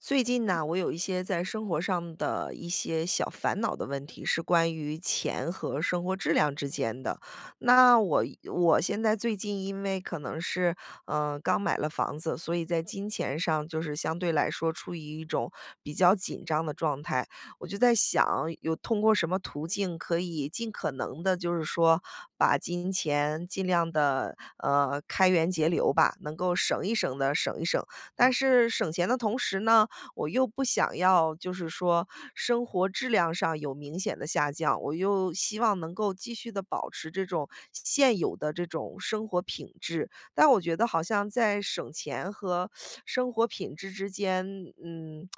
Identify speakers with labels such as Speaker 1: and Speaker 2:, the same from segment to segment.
Speaker 1: 最近呢，我有一些在生活上的一些小烦恼的问题，是关于钱和生活质量之间的。那我现在最近因为可能是刚买了房子，所以在金钱上就是相对来说处于一种比较紧张的状态。我就在想，有通过什么途径可以尽可能的，就是说把金钱尽量的开源节流吧，能够省一省的省一省。但是省钱的同时呢，我又不想要就是说生活质量上有明显的下降，我又希望能够继续的保持这种现有的这种生活品质。但我觉得好像在省钱和生活品质之间，嗯，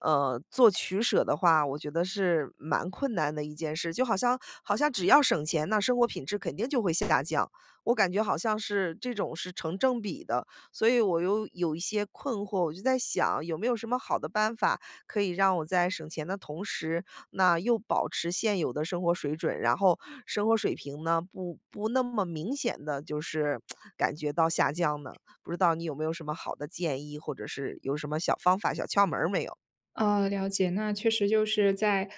Speaker 1: 做取舍的话，我觉得是蛮困难的一件事。就好像只要省钱，那生活品质肯定就会下降，我感觉好像是这种是成正比的。所以我又有一些困惑，我就在想有没有什么好的办法可以让我在省钱的同时，那又保持现有的生活水准，然后生活水平呢，不那么明显的就是感觉到下降呢？不知道你有没有什么好的建议，或者是有什么小方法、小窍门儿没有？
Speaker 2: 了解。那确实就是在，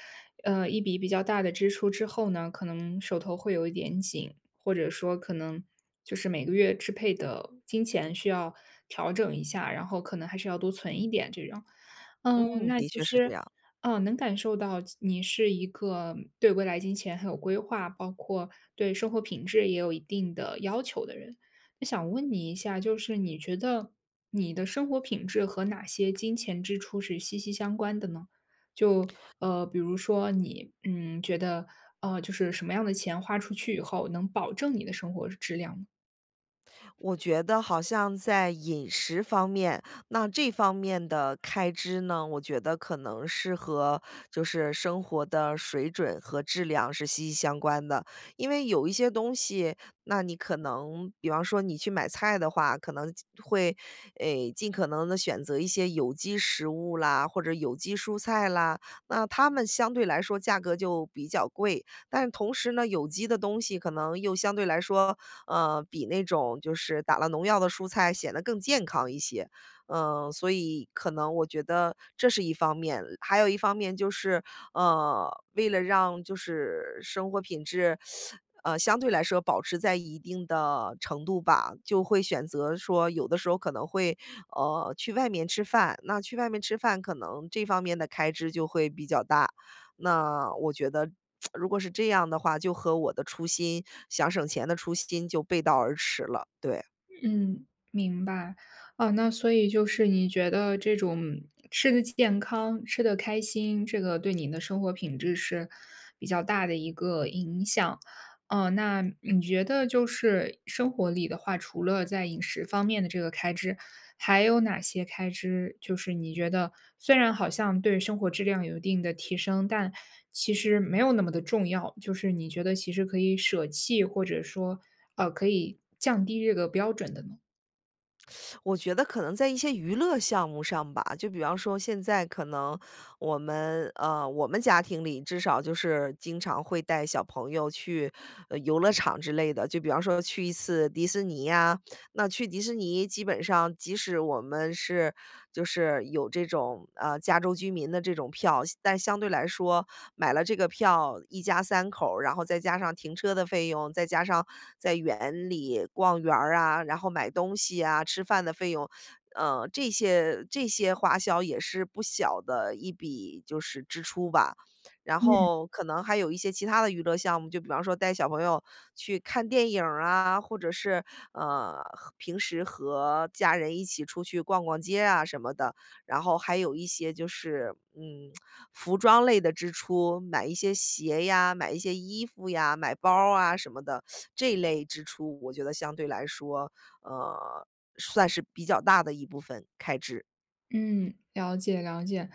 Speaker 2: 一笔比较大的支出之后呢，可能手头会有一点紧，或者说可能就是每个月支配的金钱需要调整一下，然后可能还是要多存一点这种。嗯，
Speaker 1: 嗯，
Speaker 2: 那
Speaker 1: 的
Speaker 2: 其
Speaker 1: 确是这
Speaker 2: 实，
Speaker 1: 样。
Speaker 2: 嗯，能感受到你是一个对未来金钱很有规划，包括对生活品质也有一定的要求的人。我想问你一下，就是你觉得你的生活品质和哪些金钱支出是息息相关的呢？就比如说你觉得就是什么样的钱花出去以后，能保证你的生活质量呢。
Speaker 1: 我觉得好像在饮食方面，那这方面的开支呢，我觉得可能是和就是生活的水准和质量是息息相关的。因为有一些东西，那你可能比方说你去买菜的话，可能会诶尽可能的选择一些有机食物啦，或者有机蔬菜啦，那它们相对来说价格就比较贵。但是同时呢，有机的东西可能又相对来说比那种就是打了农药的蔬菜显得更健康一些。嗯，所以可能我觉得这是一方面，还有一方面就是，为了让就是生活品质，相对来说保持在一定的程度吧，就会选择说有的时候可能会，去外面吃饭，那去外面吃饭可能这方面的开支就会比较大。那我觉得如果是这样的话，就和我的初心，想省钱的初心就背道而驰了。对，
Speaker 2: 嗯，明白。啊，那所以就是你觉得这种吃的健康、吃的开心，这个对你的生活品质是比较大的一个影响。哦，那你觉得就是生活里的话，除了在饮食方面的这个开支，还有哪些开支，就是你觉得虽然好像对生活质量有一定的提升，但其实没有那么的重要，就是你觉得其实可以舍弃，或者说，可以降低这个标准的呢？
Speaker 1: 我觉得可能在一些娱乐项目上吧，就比方说现在可能我们家庭里至少就是经常会带小朋友去游乐场之类的，就比方说去一次迪士尼呀、那去迪士尼基本上即使我们是就是有这种，加州居民的这种票，但相对来说买了这个票，一家三口儿然后再加上停车的费用，再加上在园里逛园儿啊，然后买东西啊，吃饭的费用，这些花销也是不小的一笔就是支出吧。然
Speaker 2: 嗯。
Speaker 1: 后可能还有一些其他的娱乐项目，就比方说带小朋友去看电影儿啊，或者是，呃，平时和家人一起出去逛逛街啊什么的。然后还有一些就是，嗯，服装类的支出，买一些鞋呀，买一些衣服呀，买包儿啊什么的，这一类支出我觉得相对来说，呃，算是比较大的一部分开支。
Speaker 2: 嗯，了解，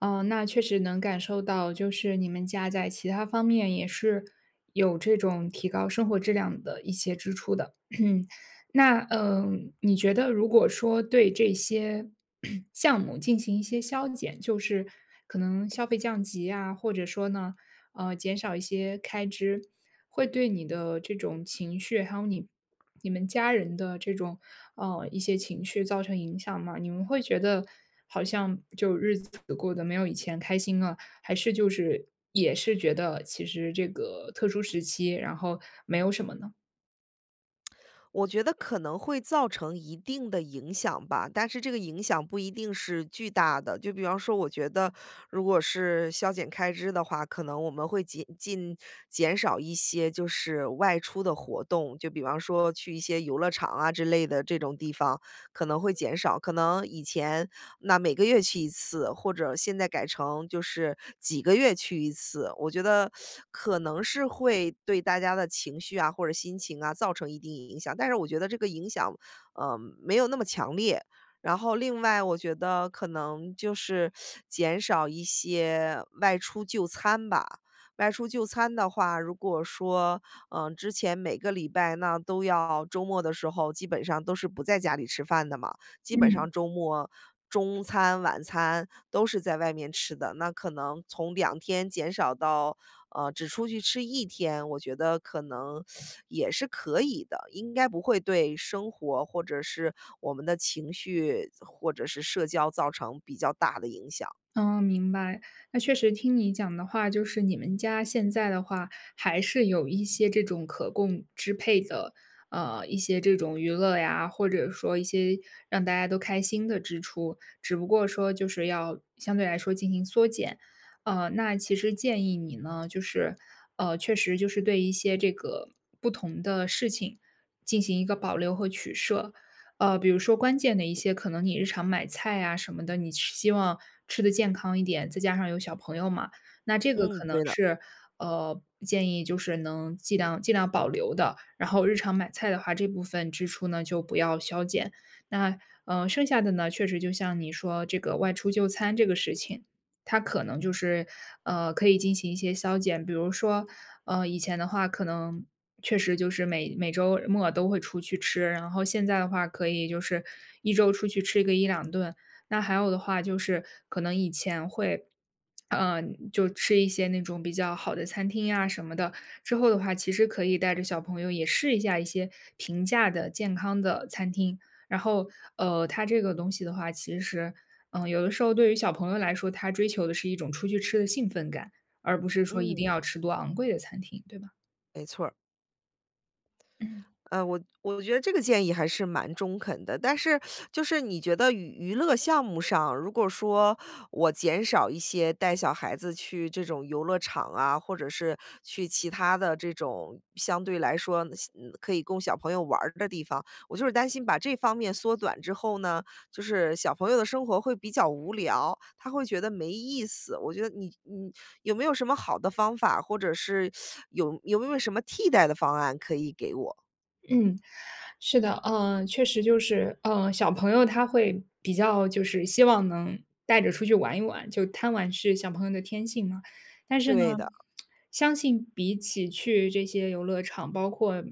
Speaker 2: 哦，那确实能感受到，就是你们家在其他方面也是有这种提高生活质量的一些支出的。那，嗯，你觉得如果说对这些 项目进行一些削减，就是可能消费降级啊，或者说呢，减少一些开支，会对你的这种情绪，还有你们家人的这种，一些情绪造成影响吗？你们会觉得好像就日子过得没有以前开心了，还是就是也是觉得其实这个特殊时期，然后没有什么呢？
Speaker 1: 我觉得可能会造成一定的影响吧，但是这个影响不一定是巨大的。就比方说，我觉得如果是削减开支的话，可能我们会减少一些就是外出的活动，就比方说去一些游乐场啊之类的这种地方。可能会减少，可能以前那每个月去一次，或者现在改成就是几个月去一次，我觉得可能是会对大家的情绪啊或者心情啊造成一定影响，但是我觉得这个影响，呃，没有那么强烈。然后另外，我觉得可能就是减少一些外出就餐吧。外出就餐的话，如果说，嗯，之前每个礼拜那都要周末的时候，基本上都是不在家里吃饭的嘛，基本上周末中餐、晚餐都是在外面吃的。那可能从两天减少到，只出去吃一天，我觉得可能也是可以的，应该不会对生活或者是我们的情绪，或者是社交造成比较大的影响。
Speaker 2: 嗯，明白。那确实听你讲的话，就是你们家现在的话，还是有一些这种可供支配的，一些这种娱乐呀，或者说一些让大家都开心的支出，只不过说就是要相对来说进行缩减。那其实建议你呢，就是，确实就是对一些这个不同的事情进行一个保留和取舍。比如说关键的一些可能你日常买菜啊什么的，你是希望吃的健康一点，再加上有小朋友嘛，那这个
Speaker 1: 嗯，
Speaker 2: 可能
Speaker 1: 对的，
Speaker 2: 是，呃，建议就是能尽量保留的。然后日常买菜的话，这部分支出呢就不要削减。那，剩下的呢，确实就像你说这个外出就餐这个事情，它可能就是，可以进行一些削减。比如说，以前的话可能确实就是每周末都会出去吃，然后现在的话可以就是一周出去吃个一两顿。那还有的话就是可能以前会，嗯，就吃一些那种比较好的餐厅呀什么的，之后的话其实可以带着小朋友也试一下一些平价的健康的餐厅。然后，它这个东西的话，其实，嗯，有的时候对于小朋友来说，他追求的是一种出去吃的兴奋感，而不是说一定
Speaker 1: 嗯，
Speaker 2: 要吃多昂贵的餐厅，对吧？
Speaker 1: 没错儿。
Speaker 2: 嗯。
Speaker 1: 我觉得这个建议还是蛮中肯的，但是就是你觉得娱乐项目上，如果说我减少一些带小孩子去这种游乐场啊，或者是去其他的这种相对来说嗯可以供小朋友玩儿的地方，我就是担心把这方面缩短之后呢，就是小朋友的生活会比较无聊，他会觉得没意思。我觉得你有没有什么好的方法，或者是有没有什么替代的方案可以给我？
Speaker 2: 嗯，是的，确实就是，小朋友他会比较就是希望能带着出去玩一玩，就贪玩是小朋友的天性嘛。但是呢，
Speaker 1: 对的，
Speaker 2: 相信比起去这些游乐场，包括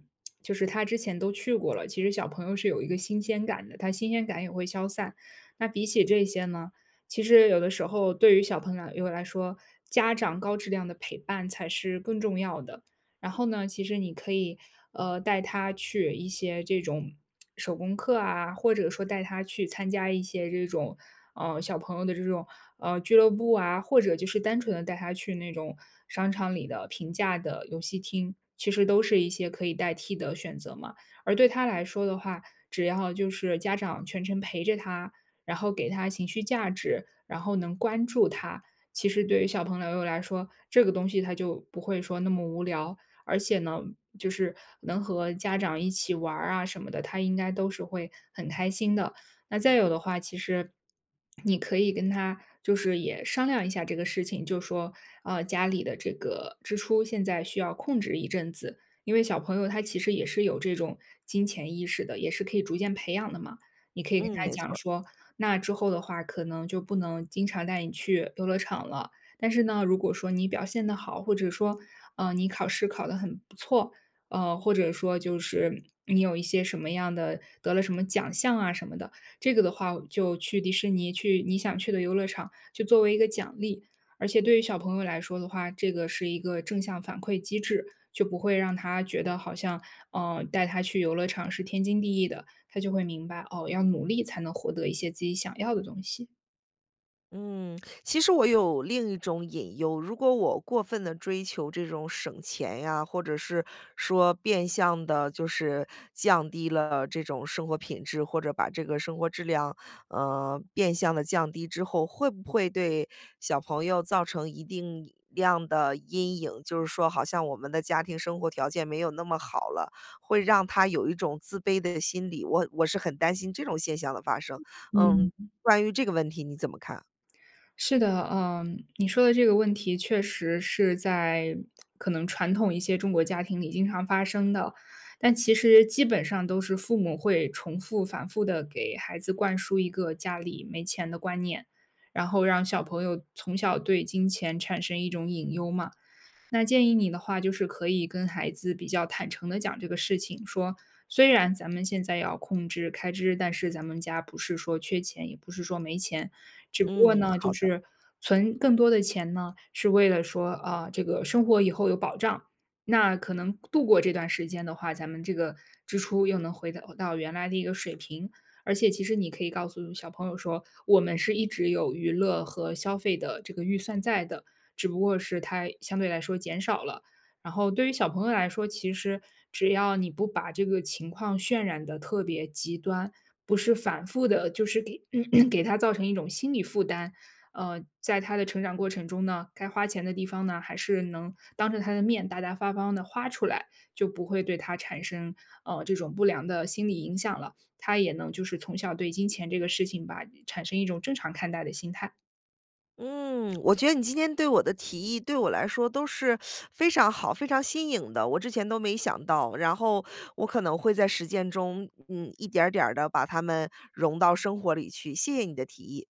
Speaker 2: 就是他之前都去过了，其实小朋友是有一个新鲜感的，他新鲜感也会消散。那比起这些呢，其实有的时候对于小朋友来说，家长高质量的陪伴才是更重要的。然后呢，其实你可以带他去一些这种手工课啊，或者说带他去参加一些这种小朋友的这种俱乐部啊，或者就是单纯的带他去那种商场里的平价的游戏厅，其实都是一些可以代替的选择嘛。而对他来说的话，只要就是家长全程陪着他，然后给他情绪价值，然后能关注他。其实对于小朋友来说，这个东西他就不会说那么无聊，而且呢，就是能和家长一起玩儿啊什么的，他应该都是会很开心的。那再有的话，其实你可以跟他就是也商量一下这个事情，就说家里的这个支出现在需要控制一阵子，因为小朋友他其实也是有这种金钱意识的，也是可以逐渐培养的嘛。你可以跟
Speaker 1: 嗯，
Speaker 2: 他
Speaker 1: 没
Speaker 2: 讲
Speaker 1: 错。
Speaker 2: 说，那之后的话，可能就不能经常带你去游乐场了，但是呢，如果说你表现得好，或者说，你考试考得很不错，或者说就是你有一些什么样的得了什么奖项啊什么的，这个的话就去迪士尼，去你想去的游乐场，就作为一个奖励。而且对于小朋友来说的话，这个是一个正向反馈机制，就不会让他觉得好像，带他去游乐场是天经地义的，他就会明白，哦，要努力才能获得一些自己想要的东西。
Speaker 1: 嗯，其实我有另一种隐忧，如果我过分的追求这种省钱呀，或者是说变相的，就是降低了这种生活品质，或者把这个生活质量，变相的降低之后，会不会对小朋友造成一定量的阴影？就是说好像我们的家庭生活条件没有那么好了，会让他有一种自卑的心理，我是很担心这种现象的发生。嗯，
Speaker 2: 嗯。
Speaker 1: 关于这个问题你怎么看？
Speaker 2: 是的，嗯，你说的这个问题确实是在可能传统一些中国家庭里经常发生的，但其实基本上都是父母会重复、反复的给孩子灌输一个家里没钱的观念，然后让小朋友从小对金钱产生一种隐忧嘛。那建议你的话，就是可以跟孩子比较坦诚的讲这个事情，说虽然咱们现在要控制开支，但是咱们家不是说缺钱，也不是说没钱，只不过
Speaker 1: 嗯，
Speaker 2: 呢，
Speaker 1: 好
Speaker 2: 就
Speaker 1: 的。
Speaker 2: 是存更多的钱呢，是为了说啊、这个生活以后有保障。那可能度过这段时间的话，咱们这个支出又能回到原来的一个水平。而且，其实你可以告诉小朋友说，我们是一直有娱乐和消费的这个预算在的，只不过是它相对来说减少了。然后对于小朋友来说，其实只要你不把这个情况渲染的特别极端，不是反复的，就是给他造成一种心理负担。在他的成长过程中呢，该花钱的地方呢，还是能当着他的面大大方方的花出来，就不会对他产生这种不良的心理影响了。他也能就是从小对金钱这个事情吧，产生一种正常看待的心态。
Speaker 1: 嗯，我觉得你今天对我的提议，对我来说都是非常好、非常新颖的，我之前都没想到。然后我可能会在实践中，嗯，一点儿点的把它们融到生活里去。谢谢你的提议。